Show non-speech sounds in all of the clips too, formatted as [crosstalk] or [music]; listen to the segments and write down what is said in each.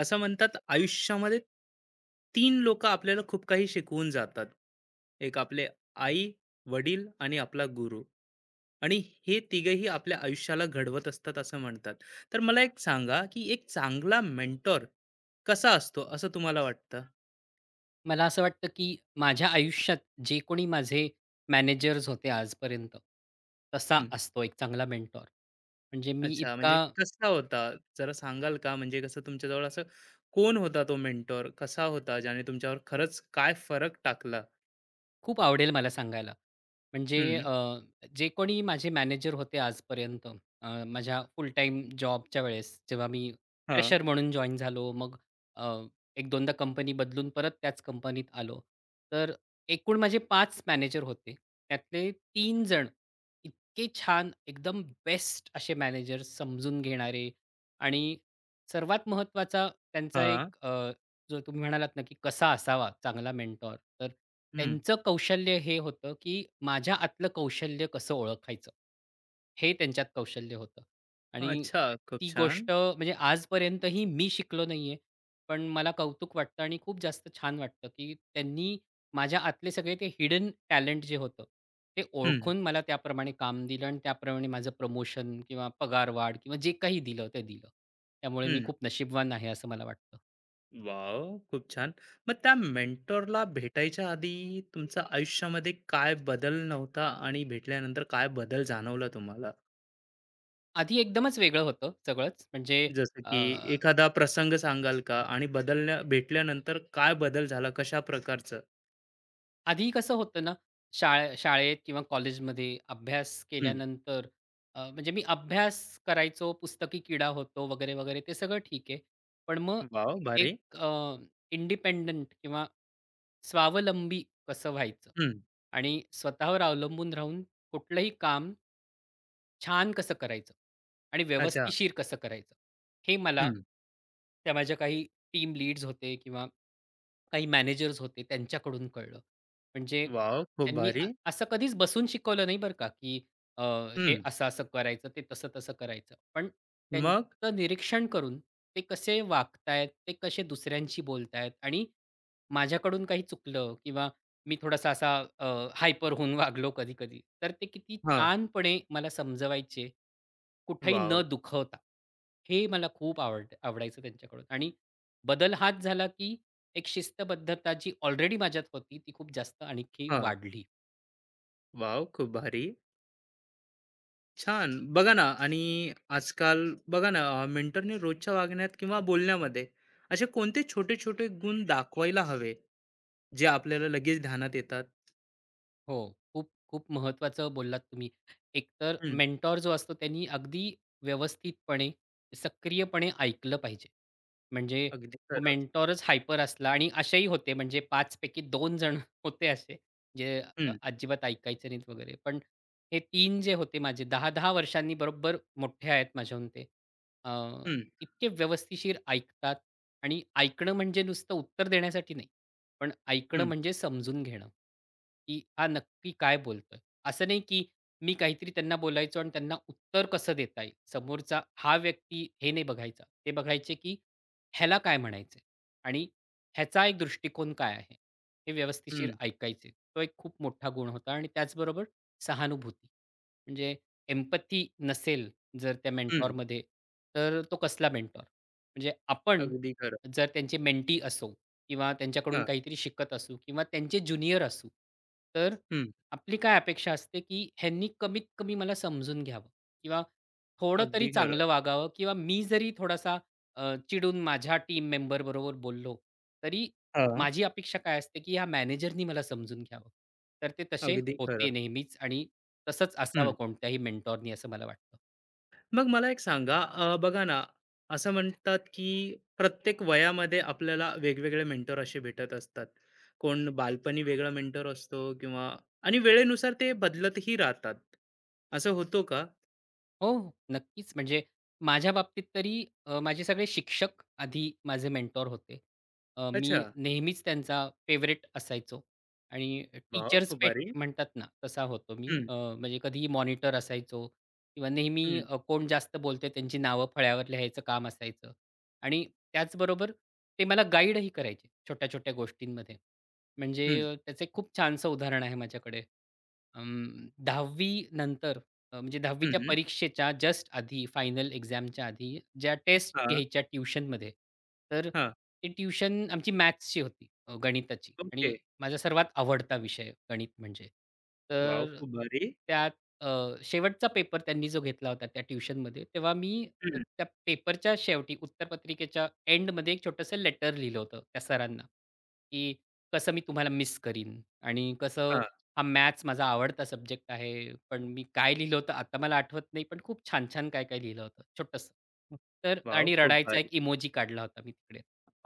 असं म्हणतात आयुष्यामध्ये तीन लोक आपल्याला खूप काही शिकवून जातात. एक आपले आई, वडील आणि आपला गुरु. आणि हे तिघेही आपल्या आयुष्याला घडवत असतात असं म्हणतात. तर मला एक सांगा की एक चांगला मेंटॉर कसा असतो असं तुम्हाला वाटतं? मला असं वाटतं, की माझ्या आयुष्यात जे कोणी माझे मॅनेजर्स होते आजपर्यंत, तसा हं. असतो एक चांगला मेंटॉर. म्हणजे मी अच्छा, इतका म्हणजे कसा होता जरा सांगाल का? म्हणजे कसं तुमच्याजवळ असं कोण होता तो मेंटॉर? कसा होता ज्याने तुमच्यावर खरंच काय फरक टाकला? खूप आवडेल मला सांगायला. म्हणजे हम्म. जे कोणी माझे मॅनेजर होते आजपर्यंत माझ्या फुल टाईम जॉबच्या वेळेस जेव्हा मी हा. प्रेशर म्हणून जॉइन झालो. मग अ, 1-2दा कंपनी बदलून परत त्याच कंपनीत आलो. तर एकूण माझे पाच मॅनेजर होते. त्यातले तीन जण इतके छान एकदम बेस्ट असे मॅनेजर्स समजून घेणारे आणि सर्वात महत्त्वाचा त्यांचा हा. एक जो तुम्ही म्हणालात ना, की कसा असावा चांगला मेंटॉर, तर हम्म. त्यांचं कौशल्य हे होतं, की माझ्या आतलं कौशल्य कसं ओळखायचं, हे त्यांच्यात कौशल्य होतं. आणि अच्छा, खूप ती छान. गोष्ट म्हणजे आजपर्यंतही मी शिकलो नाहीये. पण मला कौतुक वाटतं आणि खूप जास्त छान वाटतं, की त्यांनी माझ्या आतले सगळे ते हिडन टॅलेंट जे होतं, ते हम्म. ओळखून मला त्याप्रमाणे काम दिलं आणि त्याप्रमाणे माझं प्रमोशन किंवा पगारवाढ किंवा जे काही दिलं ते दिलं. त्यामुळे मी हं. खूप नशीबवान आहे असं मला वाटतं. वॉव! खूप छान. मग त्या मेंटॉरला भेटायच्या आधी तुमच्या आयुष्यामध्ये काय बदल नव्हता आणि भेटल्यानंतर काय बदल जाणवला तुम्हाला? आधी एकदमच वेगळं होतं सगळंच. म्हणजे जसं अ, की एखादा प्रसंग सांगाल का? आणि बदलल्या भेटल्यानंतर काय बदल झाला, कशा प्रकारचं? आधी कसं होतं ना, शाळे शाळेत किंवा कॉलेजमध्ये अभ्यास हं. केल्यानंतर म्हणजे मी अभ्यास करायचो, पुस्तकी किडा होतो वगैरे, वगैरे ते सगळं ठीक आहे. पण मग वॉव! भारी. एक इंडिपेंडंट किंवा स्वावलंबी कसं व्हायचं हं. आणि स्वतःवर अवलंबून राहून कुठलंही काम छान कसं करायचं आणि अच्छा. व्यवस्थिशीर कसं करायचं, हे मला हं. त्या माझ्या काही टीम लीड्स होते किंवा काही मॅनेजर्स होते त्यांच्याकडून कळलं. म्हणजे वॉव! खूप त्यांनी भारी. असं कधीच बसून शिकवलं नाही बरं का, की अ, हे हं. असं-असं करायचं, ते तसं-तसं करायचं. पण मग? त्यांचं निरीक्षण करून ते कसे वागतायत, ते कसे दुसऱ्यांशी बोलतायत आणि माझ्याकडून काही चुकलं किंवा मी थोडासा असा हायपर होऊन वागलो कधी-कधी, तर ते किती हां. छानपणे मला समजवायचे, कुठेही न वॉव! दुखवता. हे मला खूप आवडायचं त्यांच्याकडून आणि बदल हाच झाला, की एक शिस्तबद्धता जी ऑलरेडी माझ्यात होती, ती खूप जास्त आणखी हां. वाढली. वॉव! खूप भारी. छान. बघा ना. आणि आजकाल बघा ना, मेंटरने रोजच्या वागण्यात किंवा बोलण्यामध्ये असे कोणते छोटे-छोटे गुण दाखवायला हवे, जे आपल्याला लगेच ध्यानात येतात? हो. खूप, खूप महत्त्वाचं बोललात तुम्ही. एकतर हं. मेंटॉर जो असतो त्यांनी अगदी व्यवस्थितपणे, सक्रियपणे ऐकलं पाहिजे. म्हणजे अगदी तो खरं. मेंटॉरच हायपर असला आणि असेही होते म्हणजे 5 पैकी 2 जण [laughs] होते असे, जे हं. अजिबात ऐकायचे नाहीत वगैरे. पण हे 3 जे होते माझे 10-10 वर्षांनी बरोबर मोठे आहेत माझ्याहून ते. अ, हं. इतके व्यवस्थिशीर ऐकतात आणि ऐकणं म्हणजे नुसतं उत्तर देण्यासाठी नाही. पण ऐकणं हं. म्हणजे समजून घेणं, की हा नक्की काय बोलतोय. असं नाही की मी काहीतरी त्यांना बोलायचो आणि त्यांना उत्तर कसं देता येईल. समोरचा हा व्यक्ती हे नाही बघायचा. ते बघायचे की ह्याला काय म्हणायचंय आणि ह्याचा एक दृष्टिकोन काय आहे? हे व्यवस्थिशीर हं. ऐकायचे. तो एक खूप मोठा गुण होता आणि त्याचबरोबर सहानुभूती. म्हणजे एम्पॅथी नसेल जर त्या हं. मेंटॉरमध्ये, तर तो कसला मेंटॉर? म्हणजे आपण अगदी खरं. जर त्यांचे मेंटी असू किंवा त्यांच्याकडून हां. काहीतरी शिकत असू किंवा त्यांचे ज्युनियर असू. तर हं. आपली काय अपेक्षा असते, की ह्यांनी कमीत कमी मला समजून घ्यावं किंवा थोडं तरी अगदी चांगलं खरं. वागावं किंवा मी जरी थोडासा चिडून माझ्या टीम मेंबरबरोबर बोललो, तरी हां. माझी अपेक्षा काय असते, की ह्या मॅनेजरनी मला समजून घ्यावं. तर ते तसे अगदी होते खरं. नेहमीच आणि तसंच असावं कोणत्याही मेंटॉरनी असं मला वाटतं. मग मला एक सांगा, बघा ना, असं म्हणतात की प्रत्येक वयामध्ये आपल्याला वेगवेगळे मेंटर असे भेटत असतात. कोण बालपणी वेगळा मेंटर असतो किंवा आणि वेळेनुसार ते बदलतही राहतात. असं होतो का? हो, हो. नक्कीच. म्हणजे माझ्या बाबतीत तरी माझे सगळे शिक्षक आधी माझे मेंटॉर होते. अच्छा. मी नेहमीच त्यांचा फेव्हरेट असायचो आणि वाव, टीचर्स खूप पेट भारी. म्हणतात ना, तसा होतो मी. हम्म. म्हणजे कधीही मॉनिटर असायचो किंवा नेहमी हम्म. कोण जास्त बोलते त्यांची नावं फळ्यावर लिहायचं काम असायचं आणि त्याचबरोबर ते मला गाईडही करायचे छोट्या-छोट्या गोष्टींमध्ये. हम्म. म्हणजे त्याचं एक खूप छानसं उदाहरण आहे माझ्याकडे. 10वी नंतर म्हणजे 10वी च्या हम्म. परीक्षेच्या जस्ट आधी, फायनल एक्झामच्या आधी ज्या टेस्ट हा. घ्यायच्या ट्युशनमध्ये, तर हा. ती ट्युशन आमची मॅथ्सची होती, गणिताची ओके. आणि माझा सर्वात आवडता विषय गणित म्हणजे. वाव, तर खूप भारी. त्यात अ, शेवटचा पेपर त्यांनी जो घेतला होता त्या ट्युशनमध्ये, तेव्हा मी हम्म. त्या पेपरच्या शेवटी उत्तरपत्रिकेच्या एंडमध्ये एक छोटंसं लेटर लिहिलं होतं त्या सरांना, की कसं मी तुम्हाला मिस करीन आणि कसं हा. हा मॅथ्स माझा आवडता सब्जेक्ट आहे. पण मी काय लिहिलं होतं आता मला आठवत नाही, पण खूप छान-छान काय-काय लिहिलं होतं, छोटंसं. तर वाव, आणि खूप रडायचा भारी. एक इमोजी काढला होता मी तिकडे.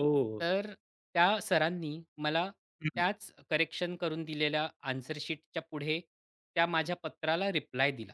ओ. तर त्या सरांनी मला हम्म. त्याच करेक्शन करून दिलेल्या आन्सर शीटच्या पुढे त्या माझ्या पत्राला रिप्लाय दिला.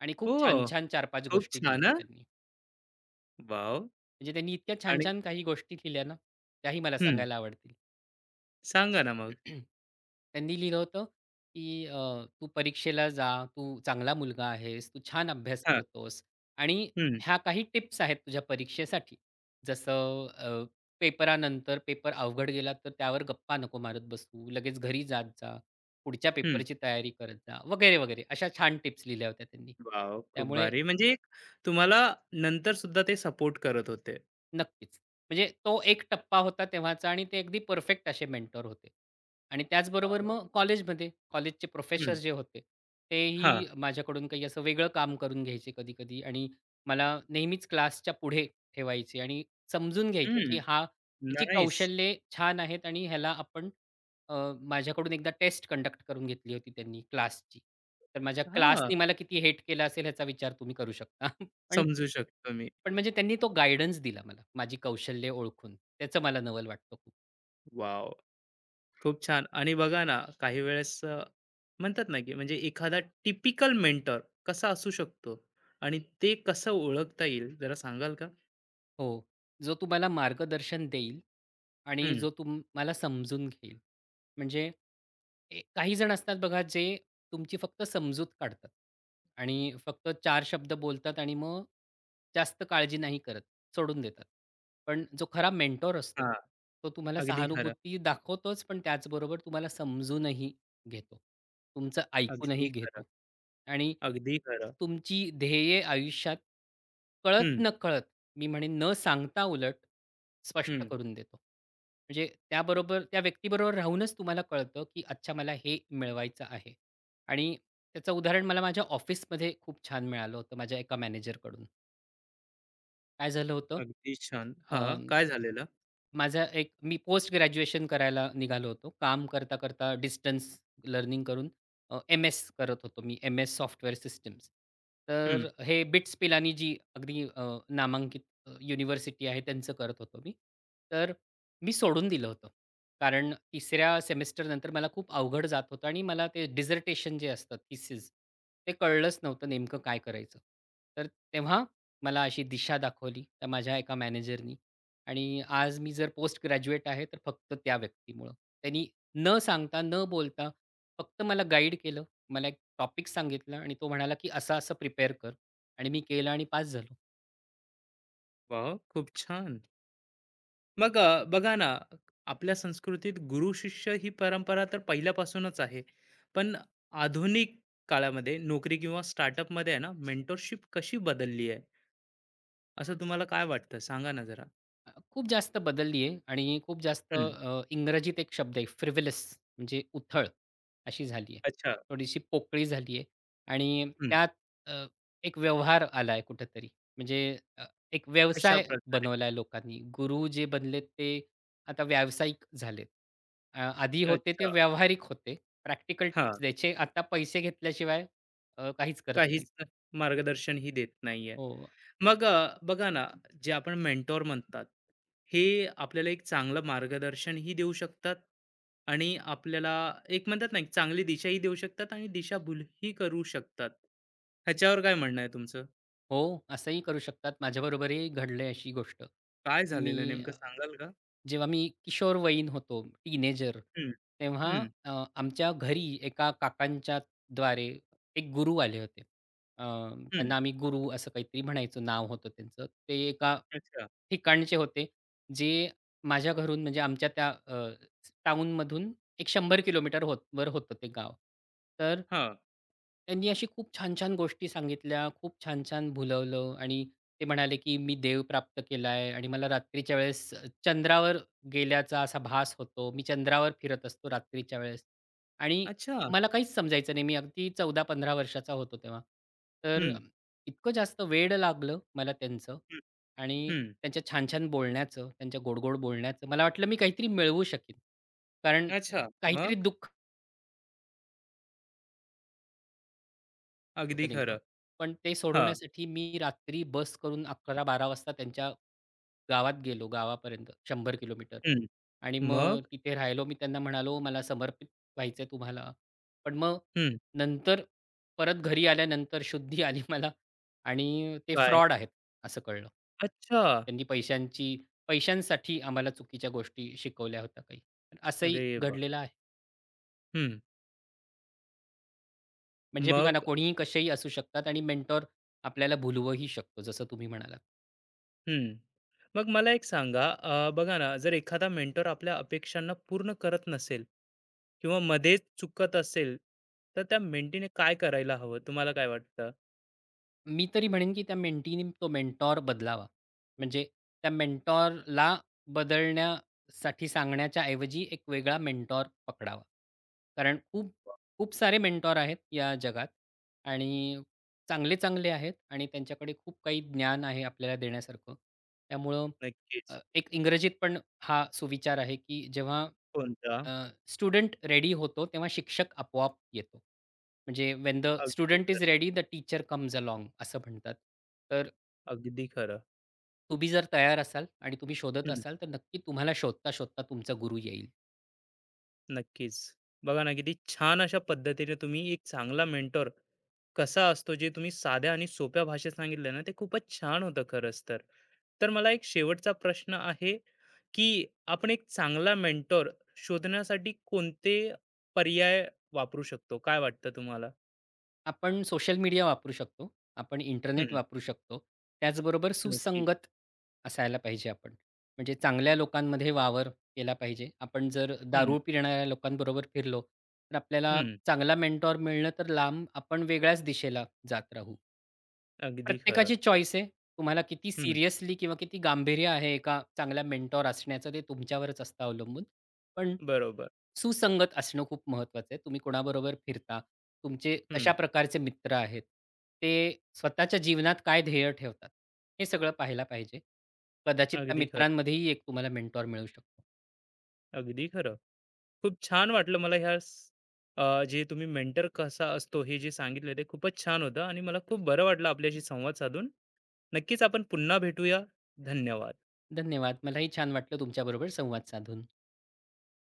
आणि खूप ओ, छान-छान 4-5 खूप गोष्टी छान लिहिल्या हा. त्यांनी. वाव. म्हणजे त्यांनी इतक्या आणि छान-छान काही गोष्टी लिहिल्या ना, त्याही मला हम्म. सांगायला आवडतील. सांगा ना मग. [clears throat] त्यांनी लिहिलं होतं, की "तू परीक्षेला जा, तू चांगला मुलगा आहेस, तू छान अभ्यास हा. करतोस आणि हम्म. ह्या काही टिप्स आहेत तुझ्या परीक्षेसाठी. जसं पेपरानंतर पेपर अवघड गेला तर त्यावर गप्पा नको मारत बसू, लगेच घरी जात जा, पुढच्या पेपरची तयारी करत जा," वगैरे, वगैरे. अशा छान टिप्स लिहिल्या होत्या त्यांनी. वाव, खूप त्यामुळे भारी. म्हणजे एक तुम्हाला नंतर सुद्धा ते सपोर्ट करत होते. नक्कीच. म्हणजे तो एक टप्पा होता तेव्हाचा आणि ते अगदी परफेक्ट असे मेंटर होते. आणि त्याचबरोबर वॉव! मग कॉलेजमध्ये, कॉलेजचे प्रोफेसर हं. जे होते, हां. तेही माझ्याकडून काही असं वेगळं काम करून घ्यायचे कधी-कधी आणि मला नेहमीच क्लासच्या पुढे ठेवायचे आणि समजून घ्यायचे, की हं. हा ह्याची नाईस. कौशल्ये छान आहेत आणि ह्याला आपण अ, माझ्याकडून एकदा टेस्ट कंडक्ट करून घेतली होती त्यांनी क्लासची. तर माझ्या हां. क्लासनी मला किती हेट केलं असेल ह्याचा विचार तुम्ही करू शकता. [laughs] पण समजू शकतो मी. पण म्हणजे त्यांनी तो गाईडन्स दिला मला, माझी कौशल्ये ओळखून. त्याचं मला नवल वाटतं खूप. वॉव! खूप छान. आणि बघा ना, काही वेळेस म्हणतात ना, की म्हणजे एखादा टिपिकल मेंटर कसा असू शकतो आणि ते कसं ओळखता येईल जरा सांगाल का? हो. जो तुम्हाला मार्गदर्शन देईल आणि हं. जो तुम्हाला समजून घेईल. म्हणजे ए काही जण असतात बघा जे तुमची फक्त समजूत काढतात आणि फक्त चार शब्द बोलतात आणि मग जास्त काळजी नाही करत, सोडून देतात. पण जो खरा मेंटॉर असतो, हां. तो तुम्हाला अगदी खरं. सहानुभूती दाखवतोच, पण त्याचबरोबर तुम्हाला समजूनही घेतो. तुमचं अगदी ऐकूनही खरं. घेतो आणि अगदी खरं. तुमची ध्येये आयुष्यात हं. हं. कळत-नकळत मी म्हणेन न सांगता उलट स्पष्ट हं. करून देतो. म्हणजे त्याबरोबर त्या व्यक्तीबरोबर राहूनच तुम्हाला कळतं, की अच्छा मला हे मिळवायचं आहे. आणि त्याचं उदाहरण मला माझ्या ऑफिसमध्ये खूप छान मिळालं होतं माझ्या एका मॅनेजरकडून. काय झालं होतं? अगदी छान. हां, काय झालेलं? माझा एक मी पोस्ट ग्रॅज्युएशन करायला निघालो होतो. काम करता-करता डिस्टन्स लर्निंग करून एम-एस करत होतो मी. MS software systems. हं. तर हे बिट्स पिलानी जी अगदी नामांकित युनिव्हर्सिटी आहे त्यांचं करत होतो मी. तर मी सोडून दिलं होतं. कारण तिसऱ्या सेमेस्टरनंतर मला खूप अवघड जात होतं आणि मला ते डिसर्टेशन जे असतं थीसिस ते कळलंच नव्हतं नेमकं काय करायचं. तर तेव्हा मला अशी दिशा दाखवली त्या माझ्या एका मॅनेजरनी आणि आज मी जर पोस्ट ग्रॅज्युएट आहे, तर फक्त त्या व्यक्तीमुळं. त्यांनी न सांगता, न बोलता फक्त मला गाईड केलं. मला एक टॉपिक सांगितला आणि तो म्हणाला, की "असं-असं प्रिपेअर कर." आणि मी केलं आणि पास झालो. वॉव! खूप छान. मग बघा ना, आपल्या संस्कृतीत गुरु-शिष्य ही परंपरा तर पहिल्यापासूनच आहे. पण आधुनिक काळामध्ये नोकरी किंवा स्टार्टअपमध्ये आहे ना, मेंटरशिप कशी बदलली आहे? असं तुम्हाला काय वाटतं? सांगा ना जरा. खूप जास्त बदलली आहे आणि खूप जास्त हं. इंग्रजीत एक शब्द आहे फ्रिव्हिलस म्हणजे उथळ अशी झाली आहे. अच्छा. थोडीशी पोकळी झाली आहे आणि हं. त्यात अ, एक व्यवहार आला आहे कुठेतरी म्हणजे अ, एक व्यवसाय कशाप्रकारे? बनवला आहे लोकांनी. गुरु जे बनलेत ते आता व्यावसायिक झालेत. आधी होते ते अच्छा. व्यावहारिक होते. प्रॅक्टिकल हां. टिप्स द्यायचे. आता पैसे घेतल्याशिवाय काहीच करत नाहीत. काहीच मार्गदर्शनही देत नाहीये. हो. मग बघा ना, जे आपण मेंटॉर म्हणतात, हे आपल्याला एक चांगलं मार्गदर्शनही देऊ शकतात आणि आपल्याला एक म्हणतात ना, एक चांगली दिशाही देऊ शकतात आणि दिशाभूलही करू शकतात. ह्याच्यावर काय म्हणणं आहे तुमचं? हो, असंही करू शकतात. माझ्याबरोबरही घडली अशी गोष्ट. काय झालेलं मी नेमकं अ, सांगाल का? जेव्हा मी किशोरवयीन होतो, टीनेजर, हं. तेव्हा हं. आमच्या घरी एका काकांच्या द्वारे एक गुरु आले होते. अ, हं. त्यांना आम्ही गुरु असं काहीतरी म्हणायचो, नाव होतं त्यांचं. ते एका अच्छा. ठिकाणचे होते, जे माझ्या घरून म्हणजे आमच्या त्या टाउनमधून एक 100 किलोमीटर होत वर होतं ते गाव. तर हां. त्यांनी अशी खूप छान-छान गोष्टी सांगितल्या, खूप छान-छान भुलवलं आणि ते म्हणाले, की "मी देव प्राप्त केला आहे आणि मला रात्रीच्या वेळेस चंद्रावर गेल्याचा असा भास होतो. मी चंद्रावर फिरत असतो रात्रीच्या वेळेस." आणि अच्छा. मला काहीच समजायचं नाही. मी अगदी 14-15 वर्षाचा होतो तेव्हा. तर हं. इतकं जास्त वेड लागलं मला त्यांचं हं. आणि हं. त्यांच्या छान-छान बोलण्याचं, त्यांच्या गोड बोलण्याचं. मला वाटलं मी काहीतरी मिळवू शकेन. कारण अच्छा. काहीतरी मग? दुःख अगदी होतं नेमकं. खरं. पण ते हां. सोडवण्यासाठी मी रात्री बस करून 11 बारा वाजता त्यांच्या गावात गेलो, गावापर्यंत 100 किलोमीटर हं. आणि मग मग? तिथे राहिलो. मी त्यांना म्हणालो, "मला समर्पित व्हायचं आहे तुम्हाला." पण मग हं. नंतर परत घरी आल्यानंतर शुद्धी आली [laughs] मला आणि ते काय? फ्रॉड आहेत असं कळलं. अच्छा. त्यांनी पैशांसाठी आम्हाला चुकीच्या गोष्टी शिकवल्या होत्या काही. पण असंही अरे! घडलेलं आहे. हं. म्हणजे बघा ना, मग. कोणीही कसेही असू शकतात आणि मेंटॉर आपल्याला भुलवूही शकतो, जसं तुम्ही म्हणालात. हं. मग मला एक सांगा, बघा ना, जर एखादा मेंटर आपल्या अपेक्षांना पूर्ण करत नसेल किंवा मध्येच चुकत असेल, तर त्या मेंटीने काय करायला हवं? तुम्हाला काय वाटतं? मी तरी म्हणेन, की त्या मेंटीनी तो मेंटॉर बदलावा. म्हणजे त्या मेंटॉरला बदलण्यासाठी सांगण्याच्या ऐवजी एक वेगळा मेंटॉर पकडावा. कारण खूप खूप सारे मेंटॉर आहेत या जगात आणि चांगले-चांगले आहेत आणि त्यांच्याकडे खूप काही ज्ञान आहे आपल्याला देण्यासारखं. त्यामुळं नक्कीच. एक इंग्रजीत पण हा सुविचार आहे, की जेव्हा कोणता? अ, स्टुडंट रेडी होतो तेव्हा शिक्षक आपोआप येतो. म्हणजे व्हेन द अगदी स्टुडंट इज खरं. Ready the teacher comes along असं म्हणतात. तर अगदी खरं. तुम्ही जर तयार असाल आणि तुम्ही शोधत हं. असाल तर नक्की तुम्हाला शोधता-शोधता तुमचा गुरु येईल. नक्कीच. बघा ना, किती छान अशा पद्धतीने तुम्ही एक चांगला मेंटर कसा असतो जे तुम्ही साध्या आणि सोप्या भाषेत सांगितलं ना ते खूपच छान होतं खरंच. तर तर मला एक शेवटचा प्रश्न आहे की आपण एक चांगला मेंटॉर शोधण्यासाठी कोणते पर्याय वापरू शकतो? काय वाटतं तुम्हाला? आपण सोशल मीडिया वापरू शकतो. आपण इंटरनेट हम्म. वापरू शकतो. त्याचबरोबर नक्की. सुसंगत असायला पाहिजे आपण. म्हणजे चांगल्या लोकांमध्ये वावर केला पाहिजे. आपण जर हम्म. दारू पिणाऱ्या लोकांबरोबर फिरलो तर आपल्याला हम्म. चांगला मेंटॉर मिळणं तर लांब, आपण वेगळ्याच दिशेला जात राहू. अगदी खरं. प्रत्येकाची चॉईस आहे. तुम्हाला किती हम्म. सिरियसली किंवा किती गांभीर्य आहे एका चांगल्या मेंटॉर असण्याचं ते तुमच्यावरच असतं अवलंबून. पण बरोबर. सुसंगत असणं खूप महत्वाचं आहे. तुम्ही कोणाबरोबर फिरता, तुमचे कशा हम्म. प्रकारचे मित्र आहेत, ते स्वतःच्या जीवनात काय ध्येय ठेवतात, हे सगळं पाहायला पाहिजे. कदाचित त्या अगदी खरं. मित्रांमध्येही एक तुम्हाला मेंटॉर मिळू शकतो. अगदी खरं. खूप छान वाटलं मला ह्या जे तुम्ही मेंटर कसा असतो हे जे सांगितलं ते खूपच छान होतं आणि मला खूप बरं वाटलं आपल्याशी संवाद साधून. नक्कीच आपण पुन्हा भेटूया. धन्यवाद. धन्यवाद. मलाही छान वाटलं तुमच्याबरोबर संवाद साधून.